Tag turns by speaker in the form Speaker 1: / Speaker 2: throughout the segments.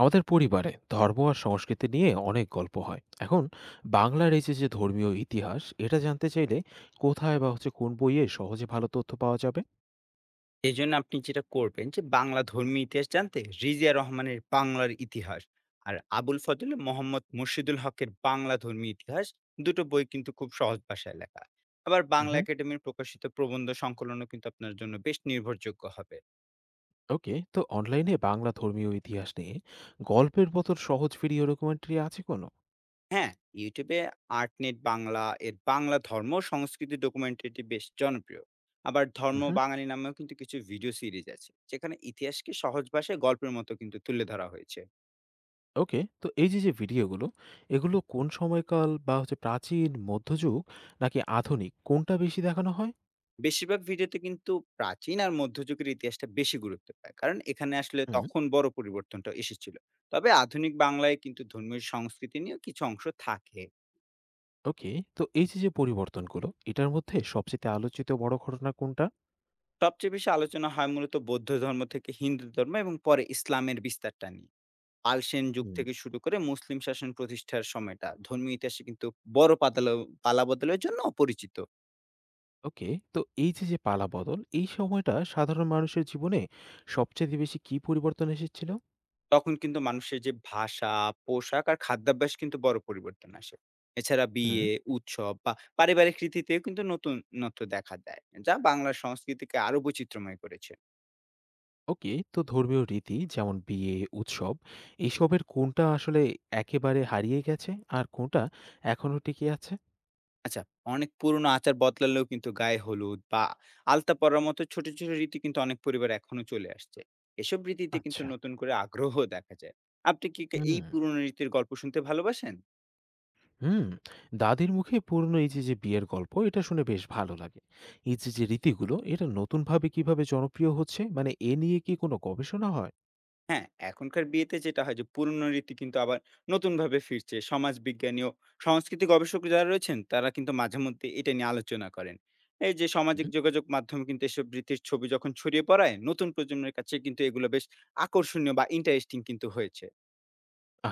Speaker 1: আমাদের পরিবারে ধর্ম আর সংস্কৃতি নিয়ে অনেক গল্প হয় এখন। বাংলার এই যে যে ধর্মীয় ইতিহাস এটা জানতে চাইলে কোথায় বা হচ্ছে কোন বইয়ে সহজে ভালো তথ্য পাওয়া যাবে?
Speaker 2: এজন্য আপনি যেটা করবেন যে বাংলা ধর্মীয় ইতিহাস জানতে রিজিয়া রহমানের বাংলার ইতিহাস আর আবুল ফজল মোহাম্মদ মুর্শিদুল হকের বাংলা ধর্মীয় ইতিহাস দুটো বই কিন্তু খুব সহজ ভাষায় লেখা। আবার বাংলা
Speaker 1: হুম।
Speaker 2: একাডেমির প্রকাশিত প্রবন্ধ সংকলনও কিন্তু আপনার জন্য বেশ নির্ভরযোগ্য হবে।
Speaker 1: ওকে, তো অনলাইনে বাংলা ধর্মীয় ইতিহাস নিয়ে গল্পের মতন সহজ ভিডিও ডকুমেন্টারি আছে কোনো?
Speaker 2: হ্যাঁ, ইউটিউবে আর্টনেট বাংলা এর বাংলা ধর্ম ও সংস্কৃতি ডকুমেন্টারিটি বেশ জনপ্রিয়। আবার ধর্ম
Speaker 1: হুম।
Speaker 2: বাঙালি নামেও কিন্তু কিছু ভিডিও সিরিজ আছে, যেখানে ইতিহাসকে সহজ ভাষায় গল্পের মতো কিন্তু তুলে ধরা হয়েছে।
Speaker 1: ওকে, তো এই যে যে ভিডিওগুলো এগুলো কোন সময়কাল বা হচ্ছে প্রাচীন মধ্যযুগ নাকি আধুনিক কোনটা বেশি দেখানো হয়?
Speaker 2: বেশিরভাগ ভিডিওতে কিন্তু প্রাচীন আর মধ্যযুগের ইতিহাসটা বেশি গুরুত্ব পায়। কারণ এখানে আসলে
Speaker 1: হুম।
Speaker 2: তখন বড় পরিবর্তনটা এসেছিল। তবে আধুনিক বাংলায় কিন্তু ধর্মীয় সংস্কৃতি নিয়েও কিছু অংশ থাকে।
Speaker 1: ওকে, তো এই যে যে পরিবর্তনগুলো এটার মধ্যে সবচেয়ে আলোচিত বড় ঘটনা কোনটা?
Speaker 2: সবচেয়ে বেশি আলোচনা হয় মূলত বৌদ্ধ ধর্ম থেকে হিন্দু ধর্ম এবং পরে ইসলামের বিস্তারটা নিয়ে। পাল সেন যুগ
Speaker 1: হুম।
Speaker 2: থেকে শুরু করে মুসলিম শাসন প্রতিষ্ঠার সময়টা ধর্মীয় ইতিহাসে কিন্তু বড় পাতালো পালাবদলের জন্য পরিচিত।
Speaker 1: ওকে, তো এই যে পালা বদল এই সময়টা সাধারণ মানুষের জীবনে সবচেয়ে বেশি কি পরিবর্তন এসেছিল?
Speaker 2: তখন কিন্তু মানুষের যে ভাষা, পোশাক আর খাদ্যাভ্যাস কিন্তু বড় পরিবর্তন আসে। এছাড়া
Speaker 1: হুম।
Speaker 2: বিয়ে, উৎসব বা পারিবারিক রীতিতেও কিন্তু নতুনত্ব দেখা দেয়, যা বাংলার সংস্কৃতিকে আরো বৈচিত্র্যময় করেছে।
Speaker 1: ওকে, তো ধর্মীয় রীতি যেমন বিয়ে, উৎসব এসবের কোনটা আসলে একেবারে হারিয়ে গেছে আর কোনটা এখনো টিকে আছে?
Speaker 2: আচ্ছা, অনেক পুরনো আচার বদলালেও কিন্তু গায়ে হলুদ বা আলতা পরার মতো ছোট, ছোট রীতি কিন্তু অনেক পরিবার এখনো চলে আসছে। এসব রীতিতে কিন্তু
Speaker 1: আচ্ছা।
Speaker 2: নতুন করে আগ্রহ দেখা যায়। আপনি কি কে
Speaker 1: হুম।
Speaker 2: এই পুরনো রীতির গল্প শুনতে ভালোবাসেন?
Speaker 1: হুম। দাদির মুখে পুরনো এই যে বিয়ের গল্প এটা শুনে বেশ ভালো লাগে। এই যে রীতিগুলো এটা নতুনভাবে কিভাবে জনপ্রিয় হচ্ছে মানে এ নিয়ে কি কোনো গবেষণা হয়?
Speaker 2: হ্যাঁ, এখনকার বিয়েতে যেটা হয় যে পুরনো রীতি কিন্তু আবার নতুনভাবে ফিরছে। সমাজ বিজ্ঞানী ও সংস্কৃতি গবেষক যারা রয়েছেন তারা কিন্তু মাঝেমধ্যে এটা নিয়ে আলোচনা করেন। এই যে সামাজিক
Speaker 1: হুম।
Speaker 2: যোগাযোগ মাধ্যমে কিন্তু এসব রীতির ছবি যখন ছড়িয়ে পড়ায় নতুন প্রজন্মের কাছে কিন্তু এগুলো বেশ আকর্ষণীয় বা ইন্টারেস্টিং কিন্তু হয়েছে।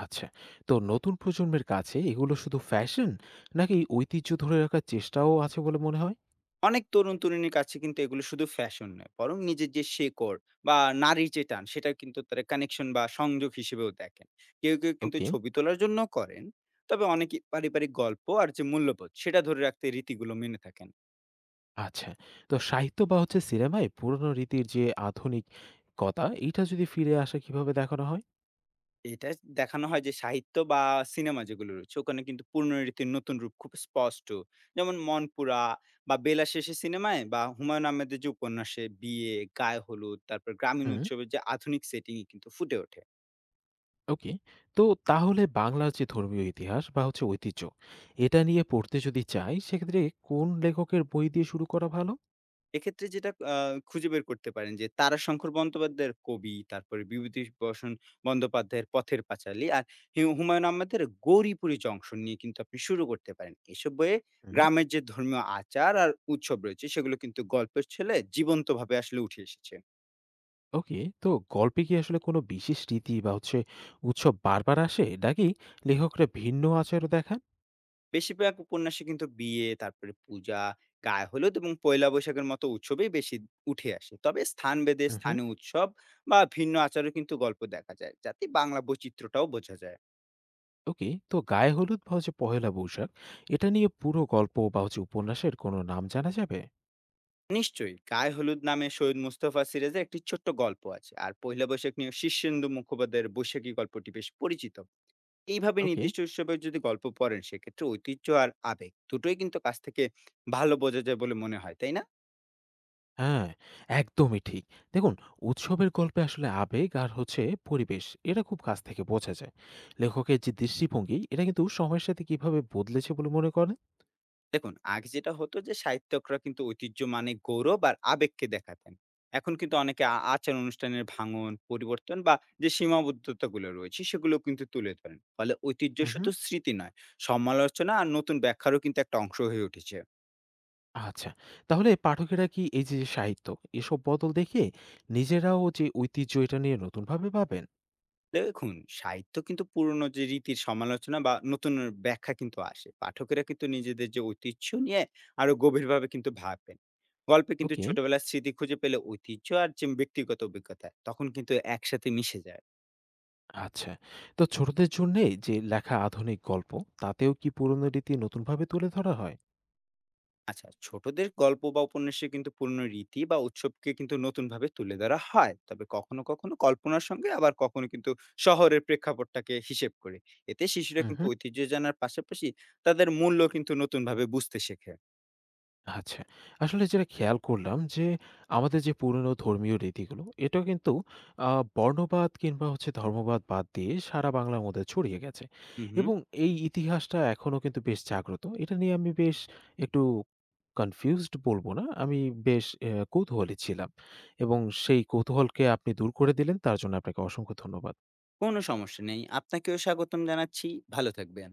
Speaker 1: আচ্ছা। তো নতুন প্রজন্মের কাছে এগুলো শুধু ফ্যাশন নাকি ঐতিহ্য ধরে রাখার চেষ্টাও আছে বলে মনে হয়?
Speaker 2: অনেক তরুণ তরুণীর কাছে কিন্তু এগুলো শুধু ফ্যাশন নয়, বরং নিজের যে শেকড় বা নারীর যে টান সেটা কিন্তু তারা কানেকশন বা সংযোগ হিসেবেও দেখেন। কেউ কেউ কিন্তু
Speaker 1: ওকে।
Speaker 2: ছবি তোলার জন্য করেন। তবে অনেকে পারিবারিক গল্প আর যে মূল্যবোধ সেটা ধরে রাখতে এই রীতিগুলো মেনে থাকেন।
Speaker 1: আচ্ছা। তো সাহিত্য বা হচ্ছে সিনেমায় পুরনো রীতির যে আধুনিকতা এইটা যদি ফিরে আসে কিভাবে দেখানো হয়?
Speaker 2: এটা দেখানো হয় যে সাহিত্য বা সিনেমা যেগুলো রয়েছে ওখানে কিন্তু পুরনো রীতির নতুন রূপ খুব স্পষ্ট। যেমন মনপুরা বা বেলা শেষে সিনেমায় বা হুমায়ুন আহমেদের যে উপন্যাসে বিয়ে, গায়ে হলুদ, তারপর গ্রামীণ
Speaker 1: হুম,
Speaker 2: উৎসবের যে আধুনিক সেটিংই কিন্তু ফুটে ওঠে।
Speaker 1: ওকে। তো তাহলে বাংলার যে ধর্মীয় ইতিহাস বা হচ্ছে ঐতিহ্য, এটা নিয়ে পড়তে যদি চাই সেক্ষেত্রে কোন লেখকের বই দিয়ে শুরু করা ভালো?
Speaker 2: এক্ষেত্রে যেটা খুঁজে বের করতে পারেন যে তারাশঙ্কর বন্দ্যোপাধ্যায়ের 'কবি', তারপরে বিভূতিভূষণ বন্দ্যোপাধ্যায়ের 'পথের পাঁচালী' আর হুমায়ূন আহমেদের 'গৌরীপুরী জংশন' নিয়ে কিন্তু আপনি শুরু করতে পারেন। এসব বইয়ে
Speaker 1: হুম।
Speaker 2: গ্রামের যে ধর্মীয় আচার আর উৎসব রয়েছে সেগুলো কিন্তু গল্পের ছলে জীবন্তভাবে আসলে উঠে এসেছে।
Speaker 1: ওকে, তো গল্পে কি আসলে কোনো বিশেষ রীতি বা হচ্ছে উৎসব বারবার আসে নাকি লেখকরা ভিন্ন আচারও দেখান?
Speaker 2: বেশিরভাগ উপন্যাসে কিন্তু বিয়ে, তারপরে পূজা, গায়ে হলুদ এবং পয়লা বৈশাখের মতো উৎসবেই বেশি উঠে আসে। তবে স্থানভেদে
Speaker 1: হুম।
Speaker 2: স্থানীয় উৎসব বা ভিন্ন আচারেও কিন্তু গল্প দেখা যায়, যাতে বাংলা বৈচিত্র্যটাও বোঝা যায়।
Speaker 1: ওকে, তো গায়ে হলুদ বা হচ্ছে পহেলা বৈশাখ এটা নিয়ে পুরো গল্প বা হচ্ছে উপন্যাসের কোনো নাম জানা যাবে?
Speaker 2: নিশ্চয়ই গায়ে হলুদ নামে সৈয়দ মুস্তফা সিরাজের একটি ছোট্ট গল্প আছে, আর পয়লা বৈশাখ নিয়ে শীর্ষেন্দু মুখোপাধ্যায়ের বৈশাখী গল্পটি বেশ পরিচিত। এইভাবে
Speaker 1: ওকে।
Speaker 2: নির্দিষ্ট উৎসবে যদি গল্প পড়েন সেক্ষেত্রে ঐতিহ্য আর আবেগ দুটোই কিন্তু কাছ থেকে ভালো বোঝা যায় বলে মনে হয়, তাই না?
Speaker 1: হ্যাঁ, একদমই ঠিক। দেখুন, উৎসবের গল্পে আসলে আবেগ আর হচ্ছে পরিবেশ এটা খুব কাছ থেকে বোঝা যায়। লেখকের যে দৃষ্টিভঙ্গি এটা কিন্তু সময়ের সাথে কিভাবে বদলেছে বলে মনে করেন?
Speaker 2: দেখুন, আগে যেটা হতো যে সাহিত্যকরা কিন্তু ঐতিহ্য মানে গৌরব আর আবেগকে দেখাতেন। এখন কিন্তু অনেকে আচার অনুষ্ঠানের ভাঙন, পরিবর্তন বা যে সীমাবদ্ধতাগুলো রয়েছে সেগুলো কিন্তু তুলে ধরেন। ফলে ঐতিহ্য শুধু স্মৃতি নয়, সমালোচনা আর নতুন ব্যাখ্যারও কিন্তু একটা অংশ হয়ে উঠেছে।
Speaker 1: আচ্ছা। তাহলে পাঠকেরা কি এই যে সাহিত্য, এসব বদল দেখে নিজেরাও যে ঐতিহ্য এটা নিয়ে নতুনভাবে ভাবেন?
Speaker 2: দেখুন, সাহিত্য কিন্তু পুরনো যে রীতির সমালোচনা বা নতুন ব্যাখ্যা কিন্তু আসে। পাঠকেরা কিন্তু নিজেদের যে ঐতিহ্য নিয়ে আরো গভীরভাবে কিন্তু ভাবেন। গল্পে কিন্তু
Speaker 1: ওকে,
Speaker 2: ছোটবেলার স্মৃতি খুঁজে পেলে ঐতিহ্য আর যে ব্যক্তিগত অভিজ্ঞতা, তখন কিন্তু একসাথে মিশে যায়।
Speaker 1: আচ্ছা। তো ছোটদের জন্যে যে লেখা আধুনিক গল্প, তাতেও কি পুরনো রীতি নতুনভাবে তুলে ধরা হয়?
Speaker 2: আচ্ছা, ছোটদের গল্প বা উপন্যাসে কিন্তু পুরনো রীতি বা উৎসবকে কিন্তু নতুনভাবে তুলে ধরা হয়। তবে কখনো, কখনো কল্পনার সঙ্গে, আবার কখনো কিন্তু শহরের প্রেক্ষাপটটাকে হিসেব করে। এতে শিশুরা কিন্তু
Speaker 1: উহু।
Speaker 2: ঐতিহ্য জানার পাশাপাশি তাদের মূল্য কিন্তু নতুনভাবে বুঝতে শেখে।
Speaker 1: আচ্ছা। আসলে যেটা খেয়াল করলাম যে, আমাদের যে পুরনো ধর্মীয় রীতিগুলো, এটাও কিন্তু আ বর্ণবাদ কিংবা হচ্ছে ধর্মবাদ বাদ দিয়ে সারা বাংলার মধ্যে ছড়িয়ে গেছে।
Speaker 2: হু, হু।
Speaker 1: এবং এই ইতিহাসটা এখনো কিন্তু বেশ জাগ্রত। এটা নিয়ে আমি বেশ একটু কনফিউজড বলবো না। আমি বেশ কৌতূহলী ছিলাম। এবং সেই কৌতূহলকে আপনি দূর করে দিলেন, তার জন্য আপনাকে অসংখ্য ধন্যবাদ।
Speaker 2: কোনো সমস্যা নেই। আপনাকেও স্বাগতম জানাচ্ছি। ভালো থাকবেন।